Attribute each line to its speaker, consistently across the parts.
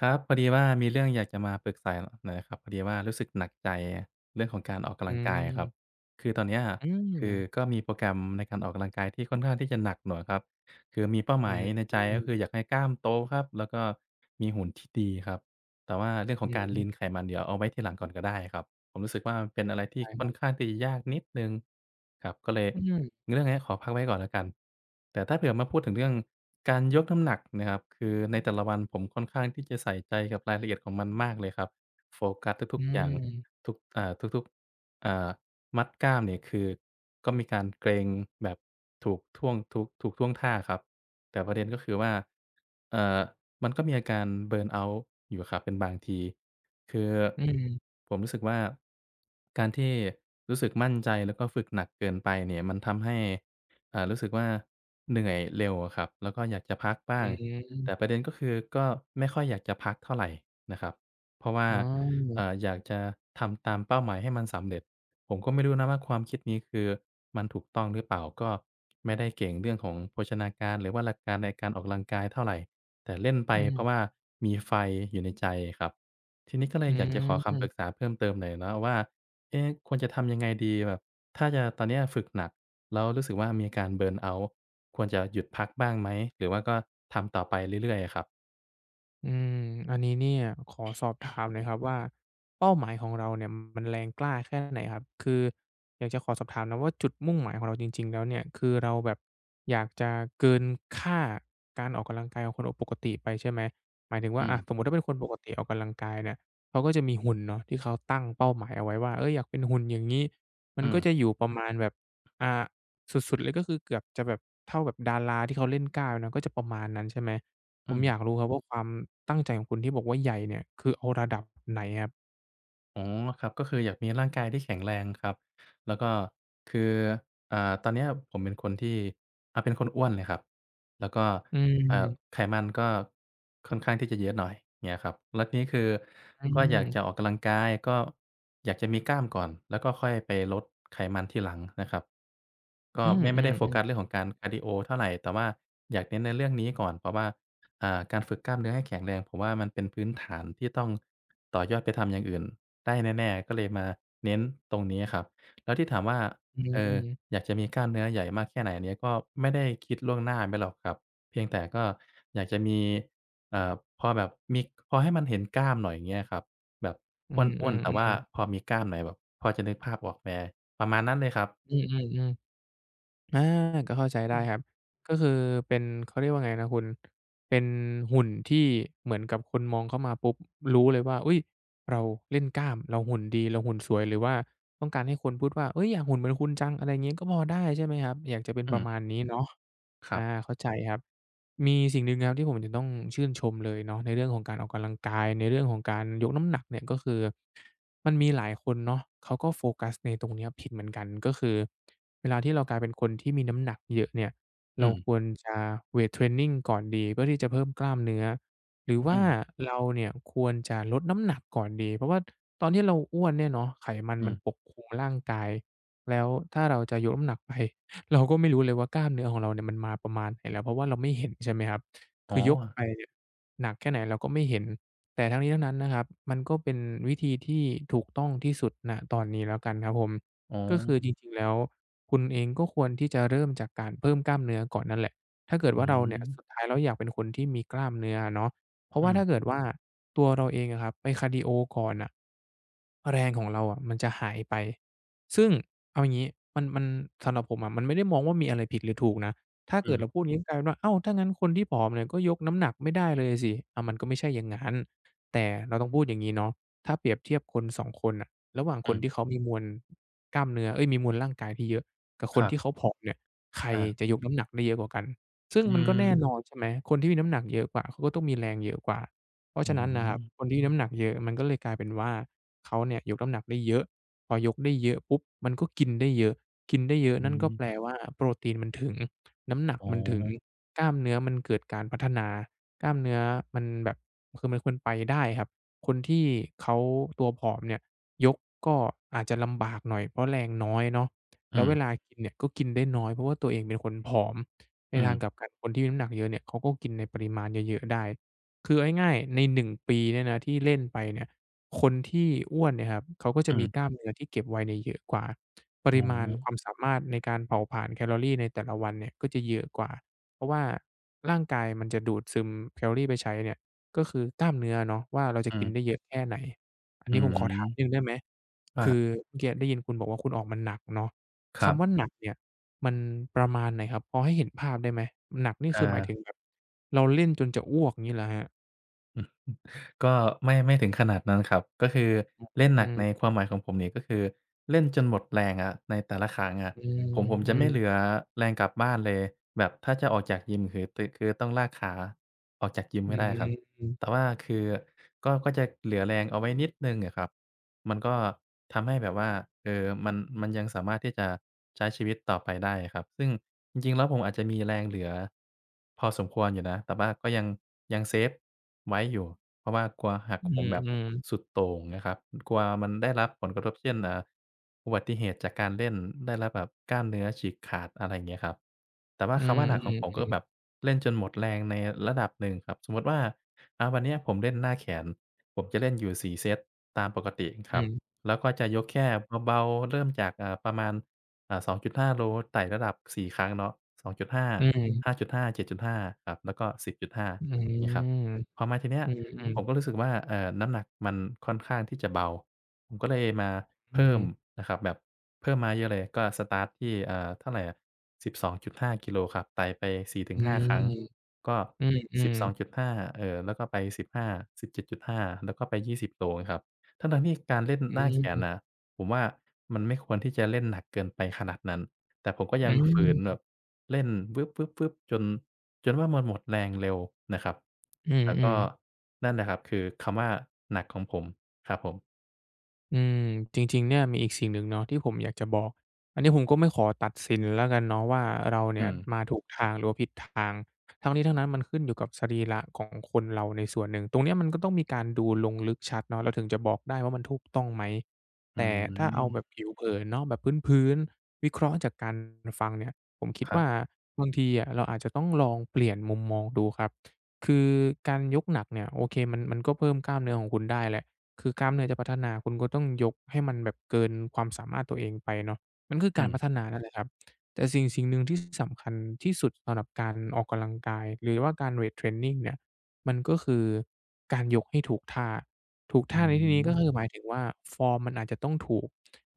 Speaker 1: ครับพอดีว่ามีเรื่องอยากจะมาปรึกษาหน่อยนะครับพอดีว่ารู้สึกหนักใจเรื่องของการออก
Speaker 2: อื
Speaker 1: กำลังกายครับ
Speaker 2: ม
Speaker 1: คือตอนเนี้ย
Speaker 2: อืม
Speaker 1: คือก็มีโปรแกรมในการออกกำลังกายที่ค่อนข้างที่จะหนักหน่อยครับคือมีเป้าห
Speaker 2: อื
Speaker 1: มายใน
Speaker 2: ม
Speaker 1: ใจก็คืออยากให้กล้ามโตครับแล้วก็มีหุ่นที่ดีครับแต่ว่าเรื่องขอ
Speaker 2: อื
Speaker 1: งการลีนไข
Speaker 2: ม
Speaker 1: มันเดี๋ยวเอาไว้ทีหลังก่อนก็ได้ครับ ผมรู้สึกว่ามันเป็นอะไรที่
Speaker 2: ใช่ค
Speaker 1: ค่
Speaker 2: รั
Speaker 1: อน
Speaker 2: บ
Speaker 1: ข้างที่จะยากนิดหนึ่งครับก็เลย
Speaker 2: อืม
Speaker 1: เรื่องเนี้ยขอพักไว้ก่อนแล้วกันแต่ถ้าเผื่อมาพูดถึงเรื่องการยกน้ำหนักนะครับคือในแต่ละวันผมค่อนข้างที่จะใส่ใจกับรายละเอียดของมันมากเลยครับโฟกัสทุ
Speaker 2: อื
Speaker 1: กๆอย่าง
Speaker 2: ม
Speaker 1: ทุกๆมัดกล้ามเนี่ยคือก็มีการเกร็งแบบถูกท่วงท่าครับแต่ประเด็นก็คือว่าเอ่อมันก็มีอาการเบิร์นเอาต์อยู่ครับเป็นบางที คือ
Speaker 2: อืม
Speaker 1: ผมรู้สึกว่าการที่รู้สึกมั่นใจแล้วก็ฝึกหนักเกินไปเนี่ยมันทำให้รู้สึกว่าเหนื่อยเร็วอะครับแล้วก็อยากจะพัก
Speaker 2: อื
Speaker 1: บ้างแต่
Speaker 2: ม
Speaker 1: ประเด็นก็คือก็ไม่ค่อยอยากจะพักเท่าไรนะครับเพราะว่า
Speaker 2: อ๋อ
Speaker 1: อยากจะทำตามเป้าหมายให้มันสำเร็จผมก็ไม่รู้นะว่าความคิดนี้คือมันถูกต้องหรือเปล่าก็ไม่ได้เก่งเรื่องของโภชนาการหรือว่าหลักการในการออกกำลังกายเท่าไรแต่เล่นไป
Speaker 2: อื
Speaker 1: เพราะว่า
Speaker 2: ม
Speaker 1: มีไฟอยู่ในใจครับ ทีนี้ก็เลย
Speaker 2: อื
Speaker 1: อยากจะขอคำปรึก
Speaker 2: ม
Speaker 1: ษาเพิ่มเติมหน่อยเนาะว่าเอ๊ะควรจะทำยังไงดีแบบถ้าจะตอนเนี้ยฝึกหนักแล้วรู้สึกว่ามีอาการเบิร์นเอาต์ควรจะหยุดพักบ้างไหมหรือว่าก็ทำต่อไปเรื่อยๆอะครับ
Speaker 2: อืมอันนี้เนี่ยขอสอบถามหน่อยครับว่าเป้าหมายของเราเนี่ยมันแรงกล้าแค่ไหนครับคืออยากจะขอสอบถามนะว่าจุดมุ่งหมายของเราจริงๆแล้วเนี่ยคือเราแบบอยากจะเกินค่าการออกกำลังกายของคนปกติไปใช่ไหมหมายถึงว่า
Speaker 1: อืม
Speaker 2: อะสมมุติถ้าเป็นคนปกติออกกำลังกายเนี่ยเขาก็จะมีหุ่นเนาะที่เขาตั้งเป้าหมายเอาไว้ว่าเฮ้ยอยากเป็นหุ่นอย่างงี้มัน
Speaker 1: ๆ
Speaker 2: ก็จะอยู่ประมาณแบบอ่าสุดๆเลยก็คือเกือบจะแบบเท่าแบบดาราที่เขาเล่นกล้ามนะก็จะประมาณนั้นใช่ไหม ผ
Speaker 1: อื
Speaker 2: ม
Speaker 1: ม
Speaker 2: อยากรู้ครับว่าความตั้งใจของคุณที่บอกว่าใหญ่เนี่ยคือเอาระดับไหนครับ
Speaker 1: อ๋อครับก็คืออยากมีร่างกายที่แข็งแรงครับแล้วก็คือตอนเนี้ยผมเป็นคนที่เป็นคนอ้วนเลยครับแล้วก็
Speaker 2: อื
Speaker 1: เอ่อ
Speaker 2: ม
Speaker 1: ไขมันก็ค่อนข้างที่จะเยอะหน่อยเงี้ยครับแล้วทีนี้คือ
Speaker 2: อื
Speaker 1: ก็อยากจะอ
Speaker 2: ม
Speaker 1: อกกำลังกายก็อยากจะมีกล้ามก่อนแล้วก็ค่อยไปลดไขมันทีหลังนะครับก็
Speaker 2: อืม
Speaker 1: ไม่ได้โฟกัสเรื่อง
Speaker 2: ๆๆ
Speaker 1: ของการคาร์ดีโอเท่าไรแต่ว่าอยากเน้นในเรื่องนี้ก่อนเพราะว่า การฝึกกล้ามเนื้อให้แข็งแรงผมว่ามันเป็นพื้นฐานที่ต้องต่อยอดไปทำอย่างอื่นได้แน่ๆก็เลยมาเน้นตรงนี้ครับแล้วที่ถามว่า
Speaker 2: อื
Speaker 1: เอ่อ
Speaker 2: ม
Speaker 1: อยากจะมีกล้ามเนื้อใหญ่มากแค่ไหนอันนี้ก็ไม่ได้คิดล่วงหน้าไปหรอกครับเพียงแต่ก็อยากจะมีเอ่อพอแบบมีพอให้มันเห็นกล้ามหน่อยอย่างเงี้ยครับแบบ
Speaker 2: อื
Speaker 1: อ้วนๆแต่ว่า
Speaker 2: มๆๆ
Speaker 1: พอมีกล้ามหน่อยแบบพอจะนึกภาพออกไหมประมาณนั้นเลยครับ
Speaker 2: อืมๆๆอาก็เข้าใจ
Speaker 1: อื
Speaker 2: ได้
Speaker 1: ม
Speaker 2: ครับก็คือเป็นเขาเรียกว่าไงนะคุณ เป็นหุ่นที่เหมือนกับคนมองเข้ามาปุ๊บรู้เลยว่าอุ๊ยเราเล่นกล้ามเราหุ่นดีเราหุ่นสวยหรือว่าต้องการให้คนพูดว่าเฮ้ยอยากหุ่นเหมือนคุณจังอะไรอย่างงี้ก็พอได้ใช่ไหมครับอยากจะเป็นป
Speaker 1: อื
Speaker 2: ระ
Speaker 1: ม
Speaker 2: มาณนี้เนาะ
Speaker 1: ครั
Speaker 2: อา
Speaker 1: บ
Speaker 2: เข้าใจครับ มีสิ่งหนึ่งครับที่ผมจะต้องชื่นชมเลยเนาะในเรื่องของการออกกำลังกายในเรื่องของการยกน้ำหนักเนี่ยก็คือมันมีหลายคนเนาะเขาก็โฟกัสในตรงเนี้ยผิดเหมือนกันก็คือเวลาที่เรากลายเป็นคนที่มีน้ำหนักเยอะเนี่ยเรา
Speaker 1: อื
Speaker 2: ควรจะเวตเทรนนิงก่อนดีเพื่อที่จะเพิ่มกล้ามเนื้อหรือว่า
Speaker 1: ม
Speaker 2: เราเนี่ยควรจะลดน้ำหนักก่อนดีเพราะว่าตอนที่เราอ้วนเนี่ยเนาะไขมันมัน
Speaker 1: ๆ
Speaker 2: ป
Speaker 1: ๆ
Speaker 2: กคลุมร่างกายแล้วถ้าเราจะยกน้ำหนักไป เราก็ไม่รู้เลยว่ากล้ามเนื้อของเราเนี่ยมันมาประมาณไหนแล้วเพราะว่าเราไม่เห็นใช่ไหมครับ
Speaker 1: อ๋
Speaker 2: คื
Speaker 1: อ
Speaker 2: อยกไปเนี่ยหนักแค่ไหนเราก็ไม่เห็นแต่ทั้งนี้ทั้งนั้นนะครับมันก็เป็นวิธีที่ถูกต้องที่สุดณตอนนี้แล้วกันครับผม
Speaker 1: อ๋อ
Speaker 2: ก็คือจริงๆแล้วคุณเองก็ควรที่จะเริ่มจากการเพิ่มกล้ามเนื้อก่อนนั่นแหละถ้าเกิด
Speaker 1: อื
Speaker 2: ว่าเราเนี่ยสุด
Speaker 1: ม
Speaker 2: ท้ายแล้วอยากเป็นคนที่มีกล้ามเนื้ออะเนาะเพราะว่าถ้า
Speaker 1: อื
Speaker 2: เกิดว่าตัวเราเองอะครับไปคาร์ดีโอก่อนน่ะแรงของเราอะมันจะหายไป ซึ่งเอาอย่างงี้มันสำหรับผมอะมันไม่ได้มองว่ามีอะไรผิดหรือถูกนะถ้า
Speaker 1: ม
Speaker 2: เกิดเรา
Speaker 1: ๆ
Speaker 2: พูดอย่างองี้กลายเป็นว่าอ้าวถ้างั้นคนที่ผอมเนี่ยก็ยกน้ำหนักไม่ได้เลยสิอามันก็ไม่ใช่อย่างงั้นแต่เราต้องพูดอย่างงี้เนาะถ้าเปรียบเทียบคนสองคนน่ะระหว่างค
Speaker 1: อื
Speaker 2: น
Speaker 1: ม
Speaker 2: ที่เขามีมวลกล้ามเนื้อเอ๊ยมีมวลร่างกายที่เยอะกับค
Speaker 1: ค
Speaker 2: น
Speaker 1: รับ
Speaker 2: ที่เขาผอมเนี่ยใคร
Speaker 1: อา
Speaker 2: จะยกน้ำหนักได้เยอะกว่ากันซึ่ง
Speaker 1: อื
Speaker 2: มันก็แน่นอน
Speaker 1: ม
Speaker 2: ใช่ไหมคนที่มีน้ำหนักเยอะกว่าเขาก็ต้องมีแรงเยอะกว่าเพราะ
Speaker 1: อ๋
Speaker 2: ฉะนั้นน่ะครับค
Speaker 1: อ
Speaker 2: นที่มีน้ำหนักเยอะมันก็เลยกลายเป็นว่าเขาเนี่ยยกน้ำหนักได้เยอะ พอยกได้เยอะปุ๊บมันก็กินได้เยอะกินได้เยอะ
Speaker 1: อื
Speaker 2: นั่นก็แปล
Speaker 1: ม
Speaker 2: ว่าโปรตีนมันถึงน้ำหนัก
Speaker 1: อ๋อ
Speaker 2: มันถึงกล้ามเนื้อมันเกิดการพัฒนากล้ามเนื้อมันแบบคือมันควรไปได้ครับคนที่เขาตัวผอมเนี่ยยกก็อาจจะลำบากหน่อยเพราะแรงน้อยเนาะแล้
Speaker 1: อื
Speaker 2: วเวลา
Speaker 1: ม
Speaker 2: กินเนี่ยก็กินได้น้อยเพราะว่าตัวเองเป็นคนผอมใน
Speaker 1: อื
Speaker 2: ทางกลับ
Speaker 1: ม
Speaker 2: กันคนที่มีน้ำหนักเยอะเนี่ยเขาก็กินในปริมาณเยอะๆได้คือเอาง่ายๆในหนึ่งปีเนี่ยนะที่เล่นไปเนี่ย คนที่อ้วนเนี่ยครับเขาก็จะ
Speaker 1: อื
Speaker 2: มีกล้าม
Speaker 1: ม
Speaker 2: เนื้อที่เก็บไว้เนี่ยเยอะกว่าป
Speaker 1: อ๋
Speaker 2: ริมาณควา
Speaker 1: อ
Speaker 2: มสามารถในการเผาผลาญแคลอรีในแต่ละวันเนี่ยก็จะเยอะกว่าเพราะว่าร่างกายมันจะดูดซึมแคลอรีไปใช้เนี่ยก็คือกล้ามเนื้อเนาะว่าเราจะ
Speaker 1: อื
Speaker 2: กินได้
Speaker 1: ม
Speaker 2: เยอะแค่ไหนอัน
Speaker 1: อื
Speaker 2: นี้ผมขอถามนิดหนึ่ง
Speaker 1: ม
Speaker 2: ได้ไหม
Speaker 1: อา
Speaker 2: คือเมื่อกี้ได้ยินคุณบอกว่าคุณออกมาหนักเนาะ
Speaker 1: ครั
Speaker 2: คำว่า
Speaker 1: บ
Speaker 2: หนักเนี่ยมันประมาณไหนครับพอให้เห็นภาพได้ไหมหนักนี่คือหมายถึ
Speaker 1: อา
Speaker 2: งแบบเราเล่นจนจะอ้วกงี้เหรอครับ
Speaker 1: ก็ไม่ถึงขนาดนั้นครับก็คือเล่น
Speaker 2: อื
Speaker 1: หนักใน
Speaker 2: ม
Speaker 1: ความหมายของผมนี่ก็คือเล่นจนหมดแรงอะในแต่ละครั้งอะ
Speaker 2: อื
Speaker 1: ผ
Speaker 2: ม
Speaker 1: มผม
Speaker 2: อื
Speaker 1: จะ
Speaker 2: ม
Speaker 1: ไม่เหลือแรงกลับบ้านเลยแบบถ้าจะออกจากยิมคือต้องลากขาออกจากยิม
Speaker 2: อื
Speaker 1: ให้ได้ครับแต่
Speaker 2: ม
Speaker 1: ว่าคือก็จะเหลือแรงเอาไว้นิดหนึ่งอะครับ มันก็ทำให้แบบว่าเออมันยังสามารถที่จะใช้ชีวิตต่อไปได้ครับ ซึ่งจริงๆแล้วผมอาจจะมีแรงเหลือพอสมควรอยู่นะ แต่ว่าก็ยังเซฟไว้อยู่ เพราะว่ากลัวหัก
Speaker 2: อื
Speaker 1: โหมแบบ
Speaker 2: ม
Speaker 1: สุดโต่งนะครับ กลัวมันได้รับผลกระทบเช่นอุบัติเหตุจากการเล่นได้รับแบบกล้ามเนื้อฉีกขาดอะไรอย่างเงี้ยครับแต่
Speaker 2: ๆ
Speaker 1: ว่า
Speaker 2: อื
Speaker 1: คำ
Speaker 2: ม
Speaker 1: ว่าหนักของผมก็แบ
Speaker 2: ๆ
Speaker 1: บ
Speaker 2: ๆ
Speaker 1: เล่นจนหมดแรงในระดับหนึ่งครับสมมุติว่าวันเนี้ยผมเล่นหน้าแขนผมจะเล่นอยู่4เซตตามปกติค
Speaker 2: อื
Speaker 1: รับ
Speaker 2: ม
Speaker 1: แล้วก็จะยกแค่เบาๆเริ่มจากประมาณ2.5โลไต่ระดับ4ครั้งเนาะ2.5
Speaker 2: อืม
Speaker 1: 5.5 7.5ครับแล้วก็10.5
Speaker 2: อื
Speaker 1: เงี้ยครับ
Speaker 2: ม
Speaker 1: พอมาทีเนี้ย
Speaker 2: อื
Speaker 1: ผ
Speaker 2: ม
Speaker 1: มก็รู้สึกว่าน้ำหนักมันค่อนข้างที่จะเบาผมก็เลยมา
Speaker 2: อื
Speaker 1: เพิ่ม
Speaker 2: ม
Speaker 1: นะครับแบบเพิ่มมาเยอะเลยก็สตาร์ตที่เท่าไรอะ12.5กิโลครับไต่ไป
Speaker 2: อื
Speaker 1: 4-5ครั้ง
Speaker 2: ม
Speaker 1: ก็
Speaker 2: อืมอืม
Speaker 1: 12.5แล้วก็ไป15 17.5แล้วก็ไป20โลครับทั้งๆที่การเล่น
Speaker 2: อื
Speaker 1: หน้าแขนน่ะ
Speaker 2: ม
Speaker 1: ผมว่ามันไม่ควรที่จะเล่นหนักเกินไปขนาดนั้นแต่ผมก็
Speaker 2: อื
Speaker 1: ยั
Speaker 2: ม
Speaker 1: ง
Speaker 2: อื
Speaker 1: ฝืนแบ
Speaker 2: ม
Speaker 1: บเล่นจน จนว่ามันหมดแรงเร็วนะครับ
Speaker 2: อืม
Speaker 1: แล้ว
Speaker 2: อื
Speaker 1: ก็
Speaker 2: ม
Speaker 1: นั่นแหละครับคือคำว่าหนักของผมครับผม
Speaker 2: อืมจริงๆเนี่ยมีอีกสิ่งหนึ่งเนาะที่ผมอยากจะบอกอันนี้ผมก็ไม่ขอตัดสินแล้วกันเนาะว่าเราเนี่
Speaker 1: อื
Speaker 2: ย
Speaker 1: ม
Speaker 2: มาถูกทางหรือว่าผิดทางทั้งนี้ทั้งนั้นมันขึ้นอยู่กับสรีระของคนเราในส่วนหนึ่งตรงเนี้ยมันก็ต้องมีการดูลงลึกชัดเนาะเราถึงจะบอกได้ว่ามันถูกต้องไหม
Speaker 1: อื
Speaker 2: แต่ถ้าอเอาแบบ
Speaker 1: ม
Speaker 2: ผิวเผินเนาะแบบพื้นๆวิเคราะห์จากการฟังเนี่ยผมคิด
Speaker 1: ครั
Speaker 2: ว่า
Speaker 1: บ
Speaker 2: บางทีอะเราอาจจะต้องลองเปลี่ยนมุมมองดูครับคือการยกหนักเนี่ยโอเคมันก็เพิ่มกล้ามเนื้อของคุณได้แหละ คือกล้ามเนื้อจะพัฒนาคุณก็ต้องยกให้มันแบบเกินความสามารถตัวเองไปเนาะมันคือกา
Speaker 1: อื
Speaker 2: ร
Speaker 1: ม
Speaker 2: พัฒนานั่นแหละครับแต่สิ่งหนึ่งที่สำคัญที่สุดสำหรับการออกกำลังกายหรือว่าการเวตเทรนนิงเนี่ยมันก็คือการยกให้ถูกท่าถูก
Speaker 1: อื
Speaker 2: ท่าในที่นี้
Speaker 1: ม
Speaker 2: ก็คือหมายถึงว่าฟอร์มมันอาจจะต้องถูก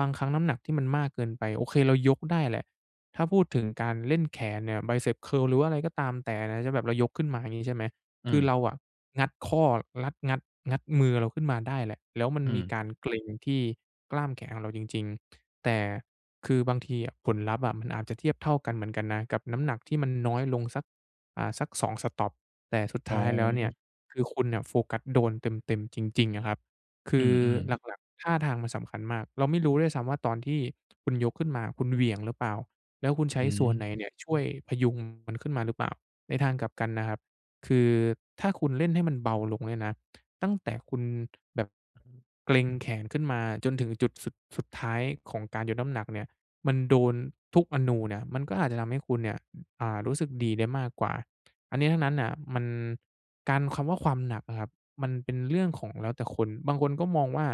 Speaker 2: บางครั้งน้ำหนักที่มันมากเกินไปโอเคเรายกได้แหละถ้าพูดถึงการเล่นแขนเนี่ย Bicep curl หรือว่าอะไรก็ตามแต่นะจะแบบเรายกขึ้นมาอย่างงี้ใช่ไหม
Speaker 1: อื
Speaker 2: คือเรา
Speaker 1: ม
Speaker 2: อะงัดข้อรัดงัดงัดมือเราขึ้นมาได้แหละแล้วมัน
Speaker 1: อื
Speaker 2: มี
Speaker 1: ม
Speaker 2: การเกร็งที่กล้ามแขนของเราจริงๆแต่คือบางทีอะผลลัพธ์อะมันอาจจะเทียบเท่ากันเหมือนกันนะกับน้ำหนักที่มันน้อยลงสักสัก2สต็อปแต่สุด
Speaker 1: อ๋
Speaker 2: ท้ายแล้วเนี่ย
Speaker 1: อ
Speaker 2: คือคุณเนี่ยโฟกัสโดนเต็มๆจริงๆอะครับคื
Speaker 1: อื
Speaker 2: อ
Speaker 1: ม
Speaker 2: หลัก
Speaker 1: ๆ
Speaker 2: ๆท่าทางมันสำคัญมากเราไม่รู้ด้วยซ้ำว่าตอนที่คุณยกขึ้นมาคุณเหวี่ยงหรือเปล่าแล้วคุณใช้
Speaker 1: อื
Speaker 2: ส่
Speaker 1: ม
Speaker 2: วนไหนเนี่ยช่วยพยุงมันขึ้นมาหรือเปล่าในทางกลับกันนะครับ คือถ้าคุณเล่นให้มันเบาลงเนี่ยนะตั้งแต่คุณแบบเกร็งแขนขึ้นมาจนถึงจุดสุดท้ายของการยกน้ำหนักเนี่ยมันโดนทุกอนูเนี่ยมันก็อาจจะทำให้คุณเนี่ยรู้สึกดีได้มากกว่าอันนี้ทั้งนั้นน่ะมันการคำว่าความหนักอะครับมันเป็นเรื่องของแล้วแต่คนบางคนก็มองว่า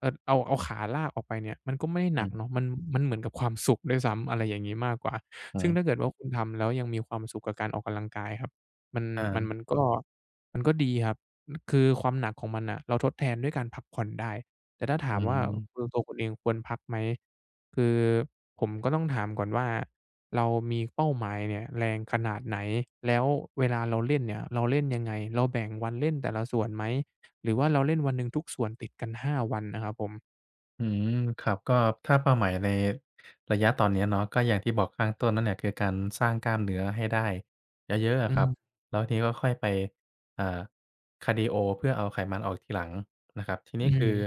Speaker 2: เอาขาลากออกไปเนี่ยมันก็ไม่ได้ห
Speaker 1: อื
Speaker 2: นัก
Speaker 1: ม
Speaker 2: เนาะมันมันเหมือนกับความสุขด้วยซ้ำอะไรอย่างงี้มากกว่า
Speaker 1: อือ
Speaker 2: ซึ่งถ้าเกิดว่าคุณทำแล้วยังมีความสุขกับการออกกำลังกายครับ มัน
Speaker 1: อา
Speaker 2: มันก็ดีครับ คือความหนักของมันน่ะเราทดแทนด้วยการพักผ่อนได้แต่ถ้าถา
Speaker 1: อื
Speaker 2: มว่าคื
Speaker 1: ม
Speaker 2: อตัวคุณเองควรพักไหมคือผมก็ต้องถามก่อนว่า เรามีเป้าหมายเนี่ยแรงขนาดไหนแล้วเวลาเราเล่นเนี่ยเราเล่นยังไง เราแบ่งวันเล่นแต่ละส่วนไหม หรือว่าเราเล่นวันหนึ่งทุกส่วนติดกัน5วันนะครับผม
Speaker 1: อืมครับก็ถ้าเป้าหมายในระยะตอนเนี้ยเนาะก็อย่างที่บอกข้างต้นนั่นแหละคือการสร้างกล้ามเนื้อให้ได้เยอะๆ
Speaker 2: อื
Speaker 1: อะครับ
Speaker 2: ม
Speaker 1: แล้วทีนี้ก็ค่อยไปอ่าคาร์ดีโอเพื่อเอาไขมันออกทีหลังนะครับที
Speaker 2: อื
Speaker 1: นี้คือ
Speaker 2: ม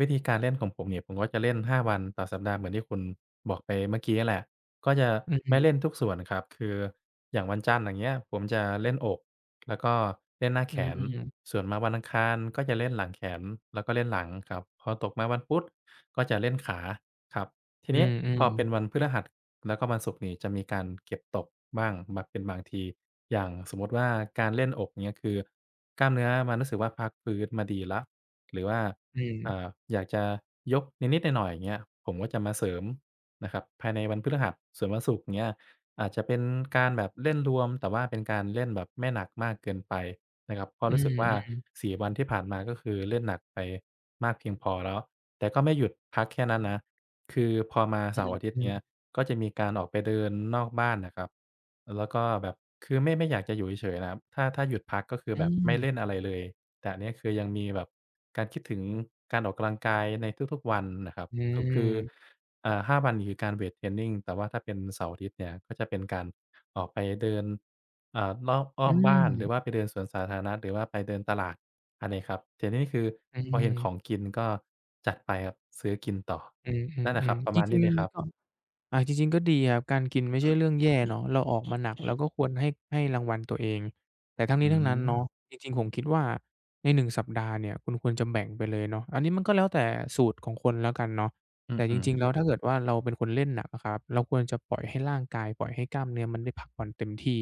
Speaker 1: วิธีการเล่นของผมเนี่ยผมก็จะเล่น5วันต่อสัปดาห์เหมือนที่คุณบอกไปเมื่อกี้แหละก็จะ
Speaker 2: อื
Speaker 1: ไม่เล่น
Speaker 2: ม
Speaker 1: ทุกส่วนครับคืออย่างวันจันทร์อย่างเงี้ยผมจะเล่นอกแล้วก็เล่นหน้า
Speaker 2: อื
Speaker 1: แขน
Speaker 2: ม
Speaker 1: ส่วนมาวันอังคารก็จะเล่นหลังแขนแล้วก็เล่นหลังครับพอตกมาวันพุธ ก็จะเล่นขาครับที
Speaker 2: อื
Speaker 1: นี้
Speaker 2: มอื
Speaker 1: พ
Speaker 2: ม
Speaker 1: อเป็นวันพฤหัสแล้วก็วันศุกร์นี่จะมีการเก็บตกบ้างมาเป็นบางทีอย่างสมมติว่าการเล่นอกเงี้ยคือกล้ามเนื้อมันรู้สึกว่าพักฟื้นมาดีแล้วหรือว่า
Speaker 2: อื
Speaker 1: อ่า
Speaker 2: ม
Speaker 1: อยากจะยกนิดๆหน่อยๆอย่างเงี้ยผมก็จะมาเสริมนะครับภายในวันพฤหัสส่วนวันศุกร์เงี้ยอาจจะเป็นการแบบเล่นรวมแต่ว่าเป็นการเล่นแบบไม่หนักมากเกินไปนะครับเพราะ
Speaker 2: อื
Speaker 1: รู้สึกว่า
Speaker 2: ม
Speaker 1: สี่วันที่ผ่านมาก็คือเล่นหนักไปมากเพียงพอแล้ว แต่ก็ไม่หยุดพักแค่นั้นนะคือพอมา
Speaker 2: ๆอ
Speaker 1: เสาร์อาทิตย์
Speaker 2: ืม
Speaker 1: เงี้ย
Speaker 2: ๆ
Speaker 1: ก็จะมีการออกไปเดินนอกบ้านน่ะครับ แล้วก็แบบคือไม่อยากจะอยู่เฉยๆนะครับถ้าหยุดพักก็คือ
Speaker 2: อื
Speaker 1: แบบ
Speaker 2: อื
Speaker 1: ไม่
Speaker 2: ม
Speaker 1: เล่นอะไรเลยแต่อันเนี้ยคือยังมีแบบการคิดถึงการออกกำลังกายในทุกๆวันนะครับ
Speaker 2: อื
Speaker 1: ก็คือ
Speaker 2: ม
Speaker 1: อ่าห้าวันนีคือการเวตเทรนนิงแต่ว่าถ้าเป็นเสาร์อาทิตย์เนี่ยก็จะเป็นการออกไปเดิน อ่ารอบอ้
Speaker 2: อื
Speaker 1: อมบ้านหรือว่าไป
Speaker 2: ม
Speaker 1: เดินสวนสาธารณะหรือว่าไปเดินตลาดอันนี้ครับแต่นี่คือ
Speaker 2: อื
Speaker 1: พอเห็นของ
Speaker 2: ม
Speaker 1: กินก็จัดไปครับซื้อกินต่อ
Speaker 2: อื
Speaker 1: นั่นแหละค
Speaker 2: ม
Speaker 1: รับ
Speaker 2: ๆ
Speaker 1: ป
Speaker 2: ๆ
Speaker 1: ระ
Speaker 2: จ
Speaker 1: มาณ
Speaker 2: ริง
Speaker 1: นี้เลยครั
Speaker 2: ๆก็
Speaker 1: บ
Speaker 2: จริงๆก็ดีครับการกินไม่ใช่เรื่องแย่เนาะเราออกมาหนักเราก็ควรให้รางวัลตัวเองแต่ทั้งนี้
Speaker 1: อื
Speaker 2: ทั้งนั้น
Speaker 1: ม
Speaker 2: เนาะจริงๆผมคิดว่าในหนึ่งสัปดาห์เนี่ยคุณควรจะแบ่งไปเลยเนาะอันนี้มันก็แล้วแต่สูตรของคนแล้วกันเนาะ
Speaker 1: อ
Speaker 2: แต่จ
Speaker 1: ือ
Speaker 2: ริงๆแล้ว
Speaker 1: ๆ
Speaker 2: ถ้าเกิดว่าเราเป็นคนเล่นหนักอะครับเราควรจะปล่อยให้ร่างกายปล่อยให้กล้ามเนื้อมันได้พักผ่อนเต็มที่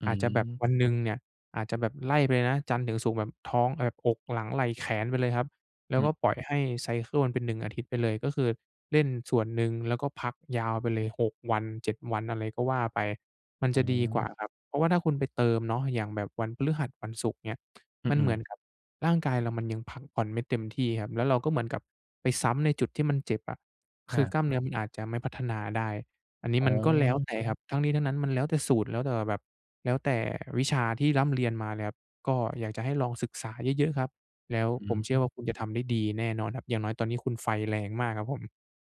Speaker 1: อื
Speaker 2: อาจจะแบบวันห
Speaker 1: ม
Speaker 2: นึ่งเนี่ยอาจจะแบบไล่ไปเลยนะจันทร์ถึงศุกร์แบบท้องแบบอกหลังไหล่แขนไปเลยครับ แล้ว
Speaker 1: อือ
Speaker 2: ก็ปล่อยให้ไซเกิลมันเป็นหนึ่งอาทิตย์ไปเลยก็คือเล่นส่วนหนึ่งแล้วก็พักยาวไปเลย6วัน7วันอะไรก็ว่าไปมัน
Speaker 1: อ๋
Speaker 2: จะ
Speaker 1: อ
Speaker 2: ดีกว่าครับเพราะว่าถ้าคุณไปเติมเนาะอย่างแบบวันพฤหัสวันศุกร์เงี้ยมัน
Speaker 1: อื
Speaker 2: เห
Speaker 1: อ
Speaker 2: มือน
Speaker 1: ๆ
Speaker 2: กับร่างกายเรามันยังพักผ่อนไม่เต็มที่ครับแล้วเราก็เหมือนกับไปซ้ำในจุดที่มันเจ็บอะคื
Speaker 1: อา
Speaker 2: อกล้ามเนื้อมันอาจจะไม่พัฒนาได้อันนี้
Speaker 1: อ๋
Speaker 2: มันก็แล้ว
Speaker 1: อ
Speaker 2: แต่ครับทั้งนี้ทั้งนั้นมันแล้วแต่สูตรแล้วแต่แบบแล้วแต่วิชาที่ร่ำเรียนมาเลยครับก็อยากจะให้ลองศึกษาเยอะๆครับ แล้ว
Speaker 1: อื
Speaker 2: ผมเชื่อว่า
Speaker 1: ม
Speaker 2: คุณจะทำได้ดีแน่นอนครับอย่างน้อยตอนนี้คุณไฟแรงมากครับผม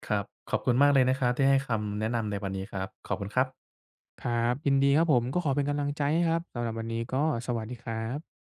Speaker 1: ครับขอบคุณมากเลยนะครับที่ให้คำแนะนำในวันนี้ครับขอบคุณครับ
Speaker 2: ครับยินดีครับผมก็ขอเป็นกำลังใจให้ครับสำหรับวันนี้ก็สวัสดีครับ